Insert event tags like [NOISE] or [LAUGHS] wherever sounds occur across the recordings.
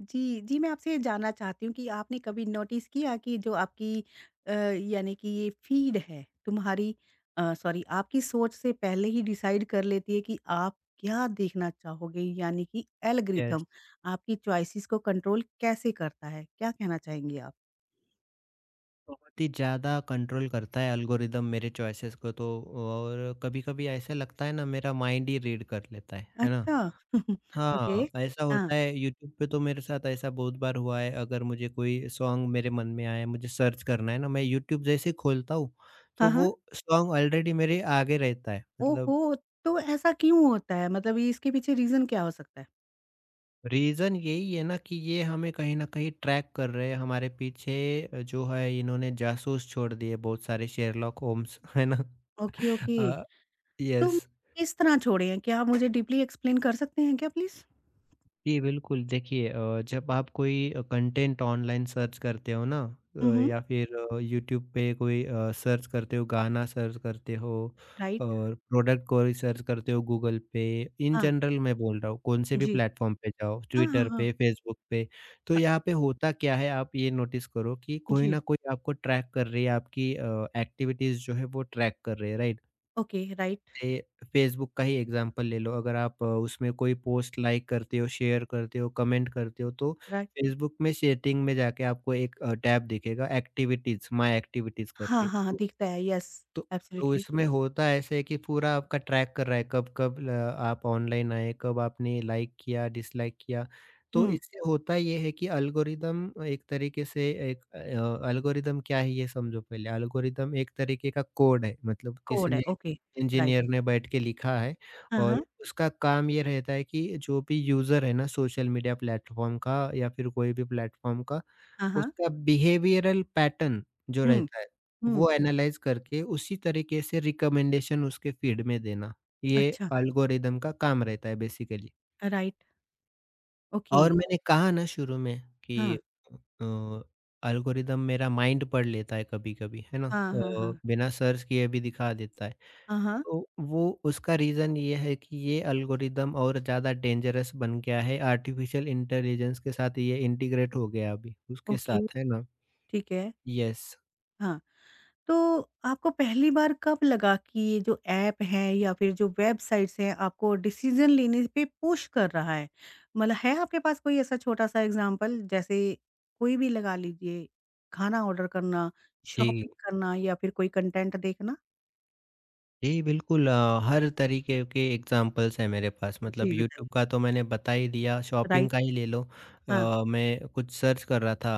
जी, जी, मैं आपसे ये जानना चाहती हूँ कि आपने कभी नोटिस किया कि जो आपकी यानी कि ये फ़ीड है तुम्हारी सॉरी आपकी सोच से पहले ही डिसाइड कर लेती है कि आप क्या देखना चाहोगे यानी कि एल्गोरिथम यस, आपकी चॉइसेस को कंट्रोल कैसे करता है? क्या कहना चाहेंगी आप? बहुत ही ज़्यादा कंट्रोल करता है एल्गोरिदम मेरे चॉइसेस को तो। और कभी-कभी ऐसा लगता है ना मेरा माइंड ही रीड कर लेता है ना? अच्छा। [LAUGHS] ओके। हाँ, ऐसा हाँ। होता है। यूट्यूब पे तो मेरे साथ ऐसा बहुत बार हुआ है। अगर मुझे कोई सॉन्ग मेरे मन में आया मुझे सर्च करना है ना, मैं यूट्यूब जैसे ही खोलता हूँ, हाँ, तो हाँ। वो सॉन्ग ऑलरेडी मेरे आगे रहता है मतलब। ओहो! तो ऐसा क्यों होता है? मतलब ये इसके पीछे रीज़न क्या हो सकता है? रीज़न यही है ना कि ये हमें कहीं न कहीं ट्रैक कर रहे हैं, हमारे पीछे जो है इन्होंने जासूस छोड़ दिए बहुत सारे शेरलॉक होम्स, है ना? Okay, [LAUGHS] okay. अ, तो येस। किस तरह छोड़े हैं? क्या आप मुझे डीपली एक्सप्लेन कर सकते हैं क्या प्लीज़? जी, बिल्कुल। देखिए, जब आप कोई कंटेंट ऑनलाइन सर्च करते हो ना, हुँ, हुँ। या फिर यूट्यूब पे कोई सर्च करते हो, गाना सर्च करते हो, राइट? और प्रोडक्ट कोई सर्च करते हो गूगल पे, इन हाँ, जनरल मैं बोल रहा हूँ, कौन से भी जी। प्लेटफ़ॉर्म पे जाओ, हाँ, हाँ, ट्विटर हाँ। पे, फेसबुक पे। तो अ, यहाँ पे होता क्या है, आप ये नोटिस करो कि कोई जी, ना कोई आपको ट्रैक कर रही है, आपकी एक्टिविटीज़ जो है वो ट्रैक कर रही है, राइट? ओके, राइट, जैसे फेसबुक का ही एग्जांपल ले लो, अगर आप उसमें कोई पोस्ट लाइक करते हो, शेयर करते हो, कमेंट करते हो, तो राइट? फेसबुक में सेटिंग में जाके आपको एक टैब दिखेगा एक्टिविटीज़, माय एक्टिविटीज़ हाँ, करके। हाँ, हाँ, दिखता है, येस, तो तो एब्सोल्यूटली। इसमें होता ऐसे है कि पूरा आपका ट्रैक कर रहा है कब-कब ल आप ऑनलाइन आए, कब आपने लाइक किया, डिसलाइक किया। तो हुँ, इससे होता ये है कि एल्गोरिदम एक तरीके से एक एल्गोरिदम क्या है ये समझो पहले। एल्गोरिदम एक तरीके का कोड है मतलब किसी कोड है, ने, ओके, राइट। इंजीनियर ने बैठ के लिखा है। हाँ, और हाँ, उसका काम ये रहता है कि जो भी यूज़र है ना सोशल मीडिया प्लेटफ़ॉर्म का या फिर कोई भी प्लेटफ़ॉर्म का, हाँ, हाँ, उसका बिहेवियरल पैटर्न जो हुँ, रहता है, हुँ, वो एनालाइज़ करके उसी तरीके से रिकमेंडेशन उसके फीड में देना, ये अच्छा, एल्गोरिदम का काम रहता है बेसिकली। राइट, ओके, और मैंने कहा ना शुरू में कि हाँ, अ, एल्गोरिदम मेरा माइंड पढ़ लेता है कभी-कभी, है ना? हाँ, हाँ, हाँ, बिना सर्च किए भी दिखा देता है। हाँ, हाँ, तो वो उसका रीज़न ये है कि ये एल्गोरिदम और ज़्यादा डेंजरस बन गया है, आर्टिफ़िशियल इंटेलिजेंस के साथ ये इंटीग्रेट हो गया अभी, उसके ओके, साथ, है ना? ठीक है, यस। हाँ। तो आपको पहली बार कब लगा कि ये जो ऐप है या फिर जो वेबसाइट्स हैं आपको डिसीजन लेने पे पुश कर रहा है मतलब है आपके पास कोई ऐसा छोटा सा एग्जांपल जैसे कोई भी लगा लीजिए खाना ऑर्डर करना जी। शॉपिंग करना या फिर कोई कंटेंट देखना। जी, बिल्कुल। हर तरीके के एग्ज़ाम्पल्स हैं मेरे पास मतलब जी बताइए, यूट्यूब का तो मैंने बता ही दिया, शॉपिंग राइट, का ही ले लो। हाँ, मैं कुछ सर्च कर रहा था,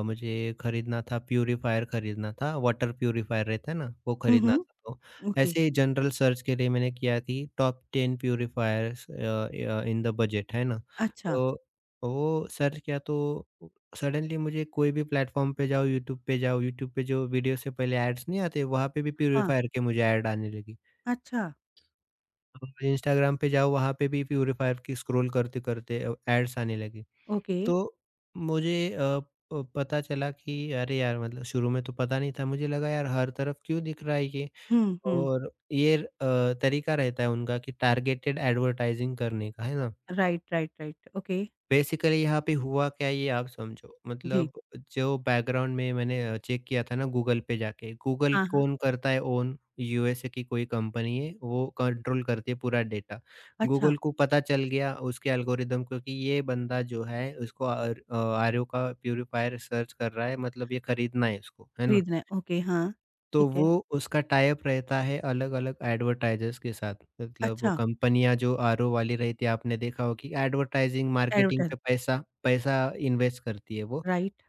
मुझे खरीदना था, प्यूरीफायर खरीदना था, वाटर प्यूरीफायर रहता है ना, वो हम्म, खरीदना था। हम्म, तो ओके, ऐसे ही जनरल सर्च के लिए मैंने किया कि टॉप 10 प्यूरीफायर्स अ, य इन द बजट है ना? अच्छा, तो वो सर्च किया, तो सडनली मुझे कोई भी प्लेटफ़ॉर्म पे जाओ, यूट्यूब पे जाओ, यूट्यूब पे जो वीडियो से पहले एड्स नहीं आते, वहाँ पे भी हाँ, प्यूरीफायर के मुझे ऐड आने लगी। अच्छा, और इंस्टाग्राम पे जाओ, वहाँ पे भी प्यूरीफायर की स्क्रॉल करते-करते एड्स आने लगे। ओके, तो मुझे अ पता चला कि अरे यार! मतलब शुरू में तो पता नहीं था, मुझे लगा यार हर तरफ क्यों दिख रहा है ये? हम्म, हम्म, और ये तरीका रहता है उनका कि टारगेटेड एडवर्टाइज़िंग करने का, है ना? Right, right, right, okay, basically यहाँ पे हुआ क्या, ये आप समझो जी, मतलब, जो बैकग्राउंड में मैंने चेक किया था ना गूगल पे जाके। गूगल हाँ, हाँ, कौन करता है ओन, यूएसए की कोई कंपनी है वो कंट्रोल करती है पूरा डेटा। अच्छा, गूगल को पता चल गया, उसके एल्गोरिदम को कि ये बंदा जो है उसको आर आरओ का प्यूरिफायर सर्च कर रहा है, मतलब ये खरीदना है उसको, है ना? खरीदना है, ओके, हाँ, तो ठीक है, वो उसका टाई अप रहता है अलग-अलग एडवर्टाइज़र्स के साथ। मतलब अच्छा, कंपनियाँ जो आरओ वाली रहती है, आपने देखा हो कि एडवर्टाइज़िंग, मार्केटिंग एडवर्टाइज, पे पैसा पैसा इन्वेस्ट करती है वो। राइट।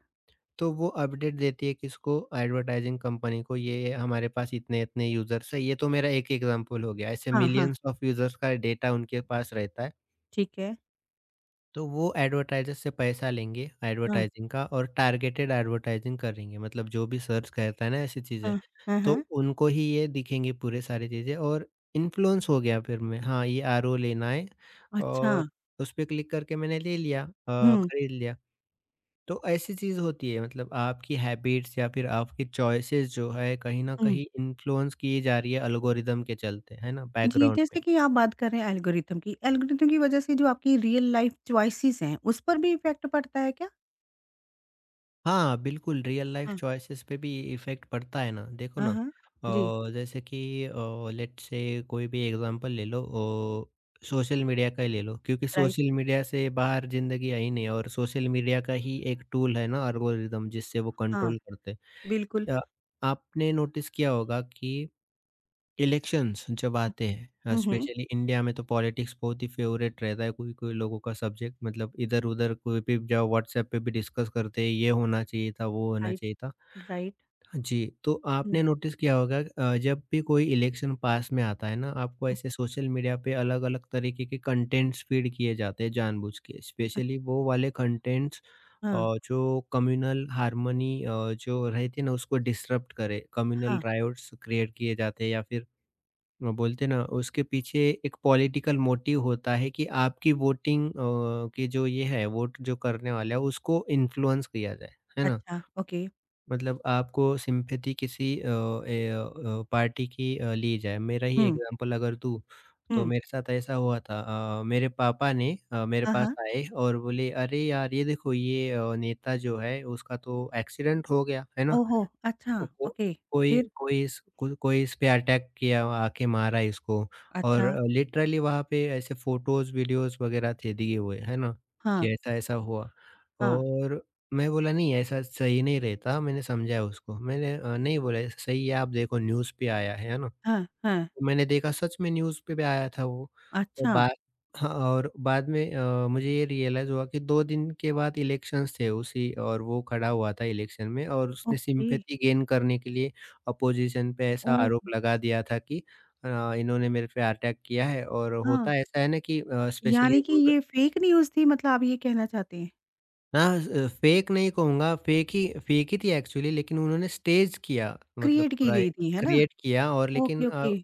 तो वो अपडेट देती है किसको? एडवर्टाइज़िंग कंपनी को, ये हमारे पास इतने-इतने यूज़र्स है। ये तो मेरा एक एग्ज़ाम्पल हो गया, ऐसे हाँ, हाँ, मिलियंस ऑफ यूज़र्स का डेटा उनके पास रहता है। ठीक है। तो वो एडवर्टाइज़र से पैसा लेंगे हाँ, एडवर्टाइज़िंग का और टारगेटेड एडवर्टाइज़िंग करेंगे, मतलब जो भी सर्च करता है ना ऐसी चीज़ें, हाँ, हाँ, तो हाँ। उनको ही ये दिखेंगे पूरे सारी चीज़ें, और इन्फ्लुएंस हो गया फिर मैं। हाँ, ये आरओ लेना है, अच्छा। और उस पे क्लिक करके मैंने ले लिया, हुँ, खरीद लिया। तो ऐसी चीज़ होती है, मतलब आपकी हैबिट्स या फिर आपकी चॉइसेस जो है कहीं न हुँ। कहीं इन्फ्लुएंस की जा रही है एल्गोरिदम के चलते, है ना? जी, बैकग्राउंड में। जैसे कि आप बात कर रहे हैं एल्गोरिथम की वजह से जो आपकी रियल लाइफ़ चॉइसेस हैं, उस पर भी इफ़ेक्ट पड़ता है क्या? हाँ, बिल्कुल रियल लाइफ़ हाँ, चॉइसेस पे भी इफ़ेक्ट पड़ता है ना। देखो हाँ, ना, हाँ। जी, जैसे कि अ, लेट्स से कोई भी एग्ज़ाम्पल ले लो, सोशल मीडिया का ही ले लो, क्योंकि राइट। सोशल मीडिया से बाहर ज़िंदगी है ही नहीं है, और सोशल मीडिया का ही एक टूल है ना एल्गोरिदम, जिससे वो हाँ, कंट्रोल करते बिल्कुल। हैं। अ, आपने नोटिस किया होगा कि इलेक्शंस जब आते हैं हुँ, हुँ, हुँ। स्पेशली इंडिया में, तो पॉलिटिक्स बहुत ही फेवरेट रहता है कोई कोई लोगों का सब्जेक्ट, मतलब इधर उधर कोई भी जाओ, व्हाट्सएप पे भी डिस्कस करते हैं ये होना चाहिए था, वो होना राइट, चाहिए था। राइट। हाँ जी। तो हुँ, आपने नोटिस किया होगा जब भी कोई इलेक्शन पास में आता है ना, आपको हुँ। ऐसे सोशल मीडिया पे अलग अलग तरीके के कंटेंट्स फीड किए जाते हैं जानबूझ के, अ, स्पेशली वो वाले कंटेंट्स। हाँ, और जो कम्युनल हारमोनी जो रहती है ना उसको डिसरप्ट करे, कम्युनल हाँ। रायोट्स क्रिएट किए जाते हैं या फिर, वो बोलते ना उसके पीछे एक पॉलिटिकल मोटिव होता है कि आपकी वोटिंग की जो ये है, वोट जो करने वाला है उसको इन्फ्लुएंस किया जाए, है ना? अच्छा, ओके। मतलब आपको सिम्पैथी किसी पार्टी की ली जाए। मेरा ही हुँ, एग्ज़ाम्पल अगर दूँ, तो हुँ। मेरे साथ ऐसा हुआ था। मेरे पापा ने, मेरे हाँ, पास हाँ। आए और बोले, "अरे यार! ये देखो ये नेता जो है उसका तो एक्सीडेंट हो गया।" है ना? ओहो! अच्छा, को ओके। कोई फिर? कोई इस को कोई इस पे अटैक किया, आके मारा इसको। और अच्छा। लिटरली वहाँ पे ऐसे फ़ोटोज़, वीडियोज़ वग़ैरह थे दिए हुए, है ना? कि हाँ, ऐसा-ऐसा हुआ। हाँ, और मैं बोला नहीं ऐसा सही नहीं रहता, मैंने समझाया उसको। मैंने नहीं बोला ऐसा सही है, आप देखो न्यूज़ पे आया है ना? हाँ, हाँ। तो मैंने देखा सच में न्यूज़ पे भी आया था वो। और अच्छा, बाद हाँ, और बाद में मुझे ये रियलाइज़ हुआ कि 2 दिन के बाद इलेक्शंस थे उसी, और वो खड़ा हुआ था इलेक्शन में, और उसने ओके। सिम्पैथी गेन करने के लिए अपोज़िशन पे ऐसा ओह! आरोप लगा दिया था कि अ, इन्होंने मेरे पे अटैक किया है। और हाँ। होता ऐसा है ना कि स्पेशली यानी कि रूर ये फेक न्यूज़ थी मतलब आप ये कहना चाहते हैं? हाँ, फेक नहीं कहूँगा, फेक ही, फेक ही थी एक्चुअली, लेकिन उन्होंने स्टेज किया मतलब क्रिएट की पूरा गई थी, है ना? क्रिएट किया, और लेकिन ओके, ओके।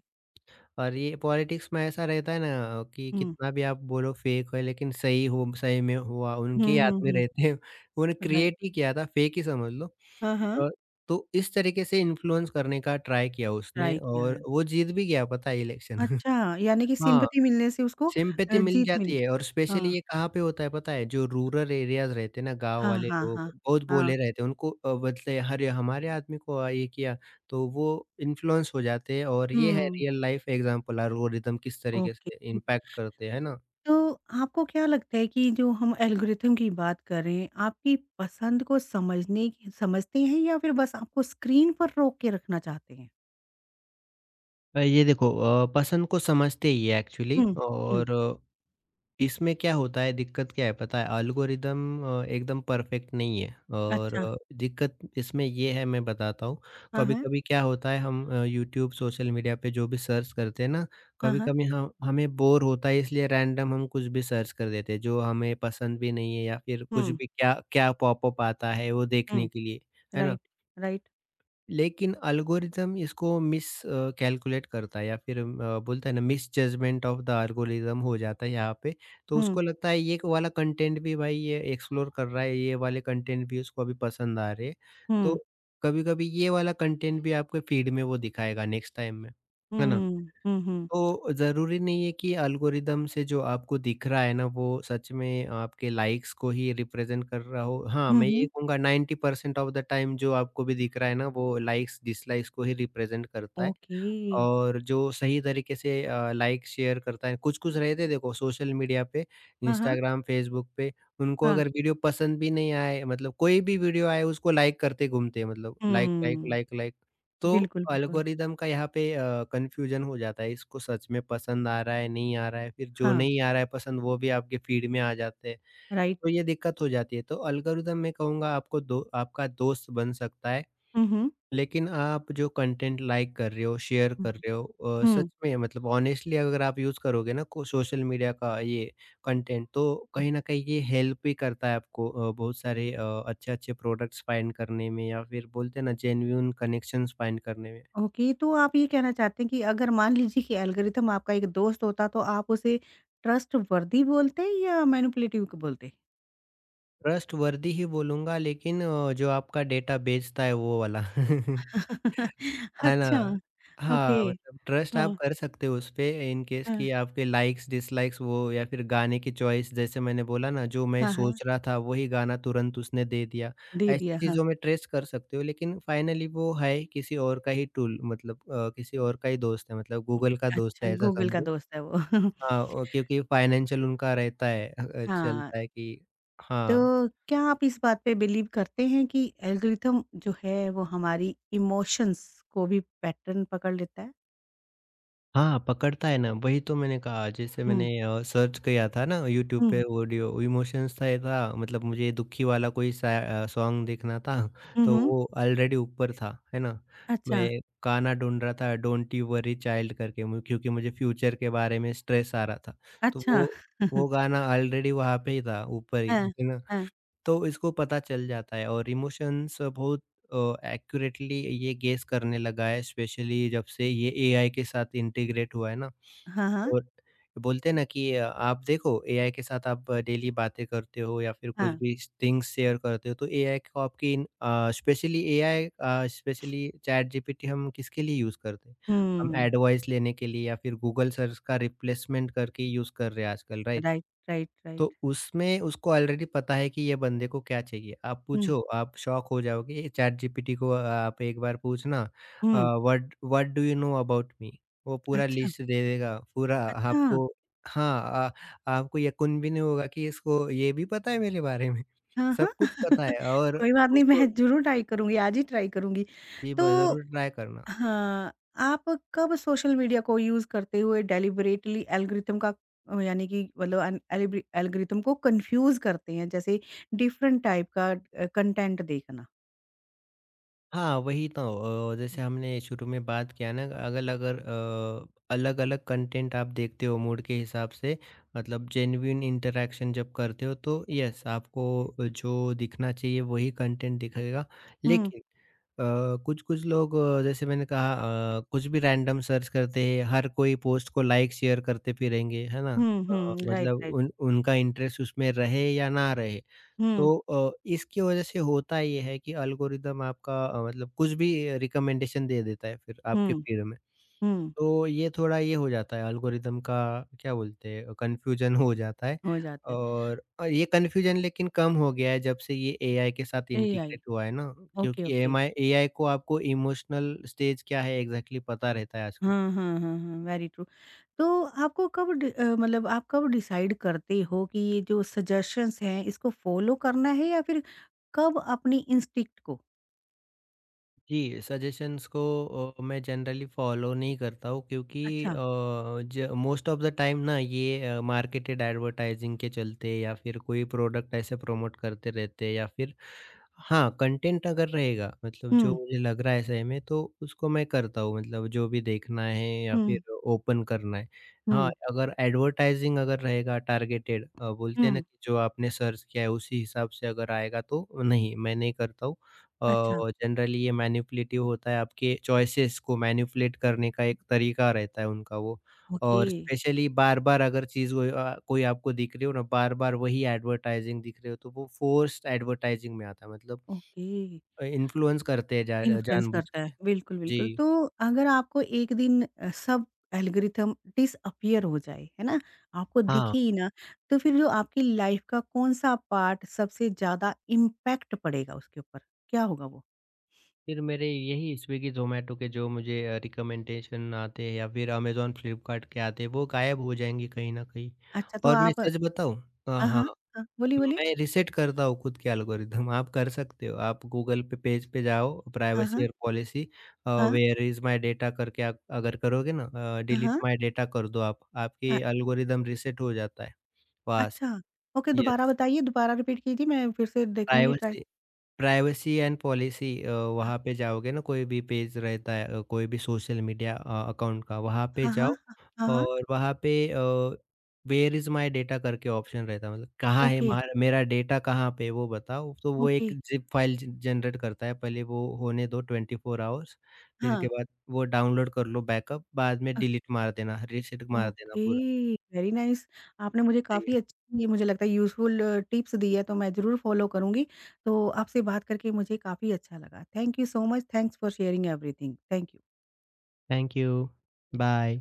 और ये पॉलिटिक्स में ऐसा रहता है ना कि हुँ। कितना भी आप बोलो फेक है, लेकिन सही हो सही में हुआ हुँ, उनके याद हुँ, में हुँ। रहते हैं, उन्होंने राइट। क्रिएट ही किया था फेक ही समझ लो। हाँ, हाँ। अ, तो इस तरीके से इन्फ्लुएंस करने का ट्राई किया उसने, राइट और यार। वो जीत भी गया पता है इलेक्शन। [LAUGHS] अच्छा, यानी कि हाँ, सिंपैथी मिलने से उसको सिम्पैथी मिल जीत मिल जाती गई। है, और स्पेशली हाँ। ये कहाँ पे होता है पता है? जो रूरल एरियाज़ रहते हैं ना, गाँव हाँ, वाले हाँ, लोग हाँ। बहुत हाँ। भोले रहते हैं, उनको बोलते, अरे! हमारे आदमी को ये किया, तो वो इन्फ्लुएंस हो जाते हैं, और ये है hmm, real life example algorithm किस तरीके ओके। से इम्पैक्ट करते हैं, है ना? तो आपको क्या लगता है कि जो हम एल्गोरिथम की बात कर रहे हैं, आपकी पसंद को समझने की समझते हैं या फिर बस आपको स्क्रीन पर रोक के रखना चाहते हैं? ये देखो, पसंद को समझते ही है एक्चुअली। हुँ, हुँ। और इसमें क्या होता है, दिक्कत क्या है पता है, एल्गोरिदम एकदम परफेक्ट नहीं है, और अच्छा। दिक्कत इसमें ये है, मैं बताता हूँ। हाँ, हाँ। कभी-कभी क्या होता है, हम यूट्यूब सोशल मीडिया पे जो भी सर्च करते हैं ना, हाँ, हाँ। कभी-कभी हम हमें बोर होता है, इसलिए रैंडम हम कुछ भी सर्च कर देते हैं जो हमें पसंद भी नहीं है, या फिर कुछ हुँ, भी क्या क्या पॉपअप आता है वो हुँ। देखने के लिए, है ना? Right, right. लेकिन एल्गोरिथ्म इसको मिस कैलकुलेट करता है, या फिर बोलता है ना, miss judgement of the algorithm हो जाता है यहाँ पे। तो हुँ, उसको लगता है ये वाला कंटेंट भी भाई ये एक्सप्लोर कर रहा है, ये वाले कंटेंट भी उसको अभी पसंद आ रहे हैं। तो हुँ, कभी-कभी ये वाला कंटेंट भी आपके फीड में वो दिखाएगा नेक्स्ट टाइम में, है ना? हुँ, हुँ, हुँ। तो ज़रूरी नहीं है कि एल्गोरिदम से जो आपको दिख रहा है ना, वो सच में आपके लाइक्स को ही रिप्रेज़ेंट कर रहा हो। हाँ, हुँ, मैं ये हुँ। कहूँगा 90% ऑफ़ द टाइम जो आपको भी दिख रहा है ना, वो लाइक्स, डिसलाइक्स को ही रिप्रेज़ेंट करता है। ओके। और जो सही तरीके से लाइक शेयर करता है कुछ-कुछ रहते हैं देखो सोशल मीडिया पे, हाँ, हाँ, इंस्टाग्राम, फेसबुक पे उनको हाँ। अगर वीडियो पसंद भी नहीं आए मतलब कोई भी वीडियो आए उसको लाइक करते घूमते हैं मतलब like, like, hmm, like, like. तो बिल्कुल, बिल्कुल। एल्गोरिदम का यहाँ पे कन्फ्यूजन हो जाता है, इसको सच में पसंद आ रहा है, नहीं आ रहा है, फिर जो हाँ, नहीं आ रहा है पसंद वो भी आपके फीड में आ जाते हैं, राइट। तो ये दिक्कत हो जाती है। तो एल्गोरिदम मैं कहूँगा आपको दो आपका दोस्त बन सकता है। हुँ, हुँ। लेकिन आप जो कंटेंट लाइक कर रहे हो, शेयर हुँ, कर रहे हो हुँ, सच हुँ। में मतलब ऑनेस्टली अगर आप यूज़ करोगे ना को सोशल मीडिया का ये कंटेंट तो कहीं न कहीं ये हेल्प भी करता है आपको बहुत सारे अच्छे-अच्छे प्रोडक्ट्स फाइंड करने में या फिर बोलते हैं ना जेन्युइन कनेक्शंस फाइंड करने में। ओके, तो आप ये कहना चाहते हैं कि अगर मान लीजिए कि एल्गोरिथम आपका एक दोस्त होता तो आप उसे ट्रस्टवर्दी बोलते या मैनिपुलेटिव क बोलते? ट्रस्टवर्दी ही बोलूँगा लेकिन जो आपका डेटा बेचता है वो वाला। [LAUGHS] [LAUGHS] है अच्छा, ना? हाँ, ओके। मतलब ट्रस्ट आप हाँ, कर सकते हो उसपे इन केस हाँ। कि आपके लाइक्स, डिसलाइक्स वो या फिर गाने की चॉइस जैसे मैंने बोला ना जो मैं हाँ, हाँ। सोच रहा था वही गाना तुरंत उसने दे दिया। दे ऐसी दिया, हाँ। चीज़ों में ट्रेस कर सकते हो लेकिन फाइनली वो है किसी और का ही टूल मतलब किसी और का ही दोस्त है मतलब गूगल का दोस्त अच्छा, है ऐसा गूगल का समझो। दोस्त है वो। [LAUGHS] हाँ, और क्योंकि फाइनेंशियल उनका रहता है हाँ। चलता है कि तो हाँ। क्या आप इस बात पे बिलीव करते हैं कि एल्गोरिथम जो है वो हमारी इमोशंस को भी पैटर्न पकड़ लेता है? हाँ, पकड़ता है ना, वही तो मैंने कहा जैसे मैंने हुँ, सर्च किया था ना यूट्यूब पे हुँ, ऑडियो इमोशंस था ये था मतलब मुझे दुखी वाला कोई सा सॉन्ग देखना था हुँ, तो हुँ। वो ऑलरेडी ऊपर था, है ना? अच्छा, मैं गाना ढूँढ रहा था डोंट यू वरी चाइल्ड करके मु क्योंकि मुझे फ्यूचर के बारे में स्ट्रेस आ रहा था। तो अच्छा। वो [LAUGHS] गाना ऑलरेडी वहाँ पे ही था, ऊपर ही, हाँ, है ना? हाँ। तो इसको पता चल जाता है और इमोशंस बहुत एक्यूरेटली ये गेस करने लगा है स्पेशली जब से ये एआई के साथ इंटीग्रेट हुआ है ना हाँ, हाँ, और बोलते हैं ना कि आप देखो एआई के साथ आप डेली बातें करते हो या फिर कुछ हाँ। भी थिंग्स शेयर करते हो तो एआई को आपकी specially AI specially ChatGPT हम किसके लिए यूज़ करते हैं हम हुँ, एडवाइस लेने के लिए या फिर गूगल सर्च का रिप्लेसमेंट करके यूज़ कर रहे हैं आजकल राइट राइट, राइट, राइट। तो उसमें उसको ऑलरेडी पता है कि ये बंदे को क्या चाहिए। आप हुँ, पूछो, आप शॉक हो जाओगे चैट जीपीटी को आप एक बार पूछना hmm. What what do you know about me? वो पूरा अच्छा, लिस्ट दे देगा, पूरा अच्छा। आपको हाँ, आ आपको यक़ीन भी नहीं होगा कि इसको ये भी पता है मेरे बारे में। हाँ, हाँ। सब कुछ पता है [LAUGHS] और कोई बात नहीं, उसको मैं ज़रूर ट्राई करूँगी, आज ही ट्राई करूँगी। जी, ब तो ज़रूर ट्राई करना। हाँ, आप कब सोशल मीडिया को यूज़ करते हुए डेलिबरेटली एल्गोरिथम का यानी कि मतलब अन एलिब्रि एल्गोरिथम को कन्फ्यूज़ करते हैं, जैसे डिफरेंट टाइप का कंटेंट देखना? हाँ, वही तो जैसे हमने शुरू में बात किया ना अगल अगर अलग-अलग कंटेंट आप देखते हो मूड के हिसाब से मतलब जेन्युइन इंटरैक्शन जब करते हो तो यस आपको जो दिखना चाहिए वही कंटेंट दिखेगा। हुँ, लेकिन कुछ-कुछ लोग जैसे मैंने कहा कुछ भी रैंडम सर्च करते हैं, हर कोई पोस्ट को लाइक शेयर करते फिरेंगे, है ना? हुँ, हुँ, राइट, मतलब राइट। उन उनका इंटरेस्ट उसमें रहे या ना रहे हुँ, तो इसकी वजह से होता ये है कि एल्गोरिदम आपका मतलब कुछ भी रिकमेंडेशन दे देता है फिर आपके हुँ, फीड में। हुँ, तो ये थोड़ा ये हो जाता है एल्गोरिदम का क्या बोलते हैं कन्फ्यूजन हो जाता है हो जाता है। और ये कन्फ्यूजन लेकिन कम हो गया है जब से ये एआई के साथ एआई, इंटीग्रेट हुआ है ना ओके, क्योंकि ओके। एएमआई एआई को आपको इमोशनल स्टेज क्या है एग्जैक्टली पता रहता है आजकल। हाँ, हाँ, हाँ, हाँ, वेरी ट्रू। तो आपको कब डि मतलब आप कब डिसाइड करते हो कि ये जो सजेशंस हैं, इसको फ़ॉलो करना है या फिर कब अपनी इंस्टिंक्ट को? जी, सजेशंस को मैं जनरली फॉलो नहीं करता हूँ क्योंकि अच्छा। ज मोस्ट ऑफ़ द टाइम ना ये मार्केटेड एडवर्टाइजिंग के चलते या फिर कोई प्रोडक्ट ऐसे प्रमोट करते रहते हैं या फिर हाँ, कंटेंट अगर रहेगा मतलब जो हुँ। मुझे लग रहा है सही में तो उसको मैं करता हूँ मतलब जो भी देखना है या फिर हुँ, ओपन करना है। हाँ, हुँ, अगर एडवर्टाइज़िंग अगर रहेगा टारगेटेड बोलते हैं ना हुँ, कि जो आपने सर्च किया है उसी हिसाब से अगर आएगा तो नहीं, मैं नहीं करता हूँ। अच्छा, जनरली ये मैनिपुलेटिव होता है आपके चॉइसेस को मैनिपुलेट करने का एक तरीका रहता है उनका वो। ओके, और स्पेशली बार-बार अगर चीज़ वो कोई आपको दिख रही हो ना, बार-बार वही एडवर्टाइज़िंग दिख रही हो, तो वो फोर्स्ड एडवर्टाइज़िंग में आता है मतलब ओके, इन्फ्लुएंस करते हैं जा इन्फ्लुएंस जानबूझ करता है, के। बिल्कुल, बिल्कुल। जी। तो अगर आपको एक दिन सब एल्गोरिथम डिसअपीयर हो जाए, है ना? आपको हाँ। दिखे ही ना, तो फिर जो आपकी लाइफ़ का कौन-सा पार्ट सबसे ज़्यादा इम्पैक्ट पड़ेगा उसके ऊपर? क्या होगा वो? फिर मेरे यही स्विगी, ज़ोमैटो के जो मुझे रिकमेंडेशन आते हैं या फिर अमेज़न, फ्लिपकार्ट के आते हैं, वो गायब हो जाएँगे कहीं न कहीं अच्छा, तो और मैं आप सच हाँ, बताऊँ हाँ। हाँ, हाँ, बोलिए, बोलिए। मैं रीसेट करता हूँ खुद के एल्गोरिदम आप कर सकते हो। आप गूगल पे पेज पे जाओ हाँ, प्राइवेसी हाँ, और पॉलिसी हाँ, वेयर इज़ माय डेटा करके आप अगर करोगे ना हाँ, डिलीट हाँ, माय डेटा कर दो आप, आपकी अ, एल्गोरिदम रीसेट हो जाता है वहाँ से। अच्छा, ओके, दोबारा यस बताइए, दोबारा रिपीट कीजिए, मैं फिर से देखूँगी try. Privacy privacy and policy हाँ, वहाँ पे जाओगे ना कोई भी पेज रहता है कोई भी सोशल मीडिया अकाउंट का वहाँ पे हाँ, हाँ, जाओ हाँ, हाँ, और वहाँ पे वेयर इज माय डेटा करके ऑप्शन रहता है मतलब कहाँ है ओके। मेरा डेटा कहाँ पे है, वो बताओ तो वो ओके, एक जिप फाइल जनरेट करता है पहले वो होने दो 24 hours फिर हाँ। इसके बाद वो डाउनलोड कर लो बैकअप बाद में अ, डिलीट मार देना रीसेट मार देना ओके, पूरा। Very nice. आपने मुझे काफ़ी अच्छी ये मुझे लगता है यूज़फुल टिप्स दी है, तो मैं ज़रूर फ़ॉलो करूँगी। तो आपसे बात करके मुझे काफ़ी अच्छा लगा। Thank you so much, thanks for sharing everything. Thank you. Thank you bye.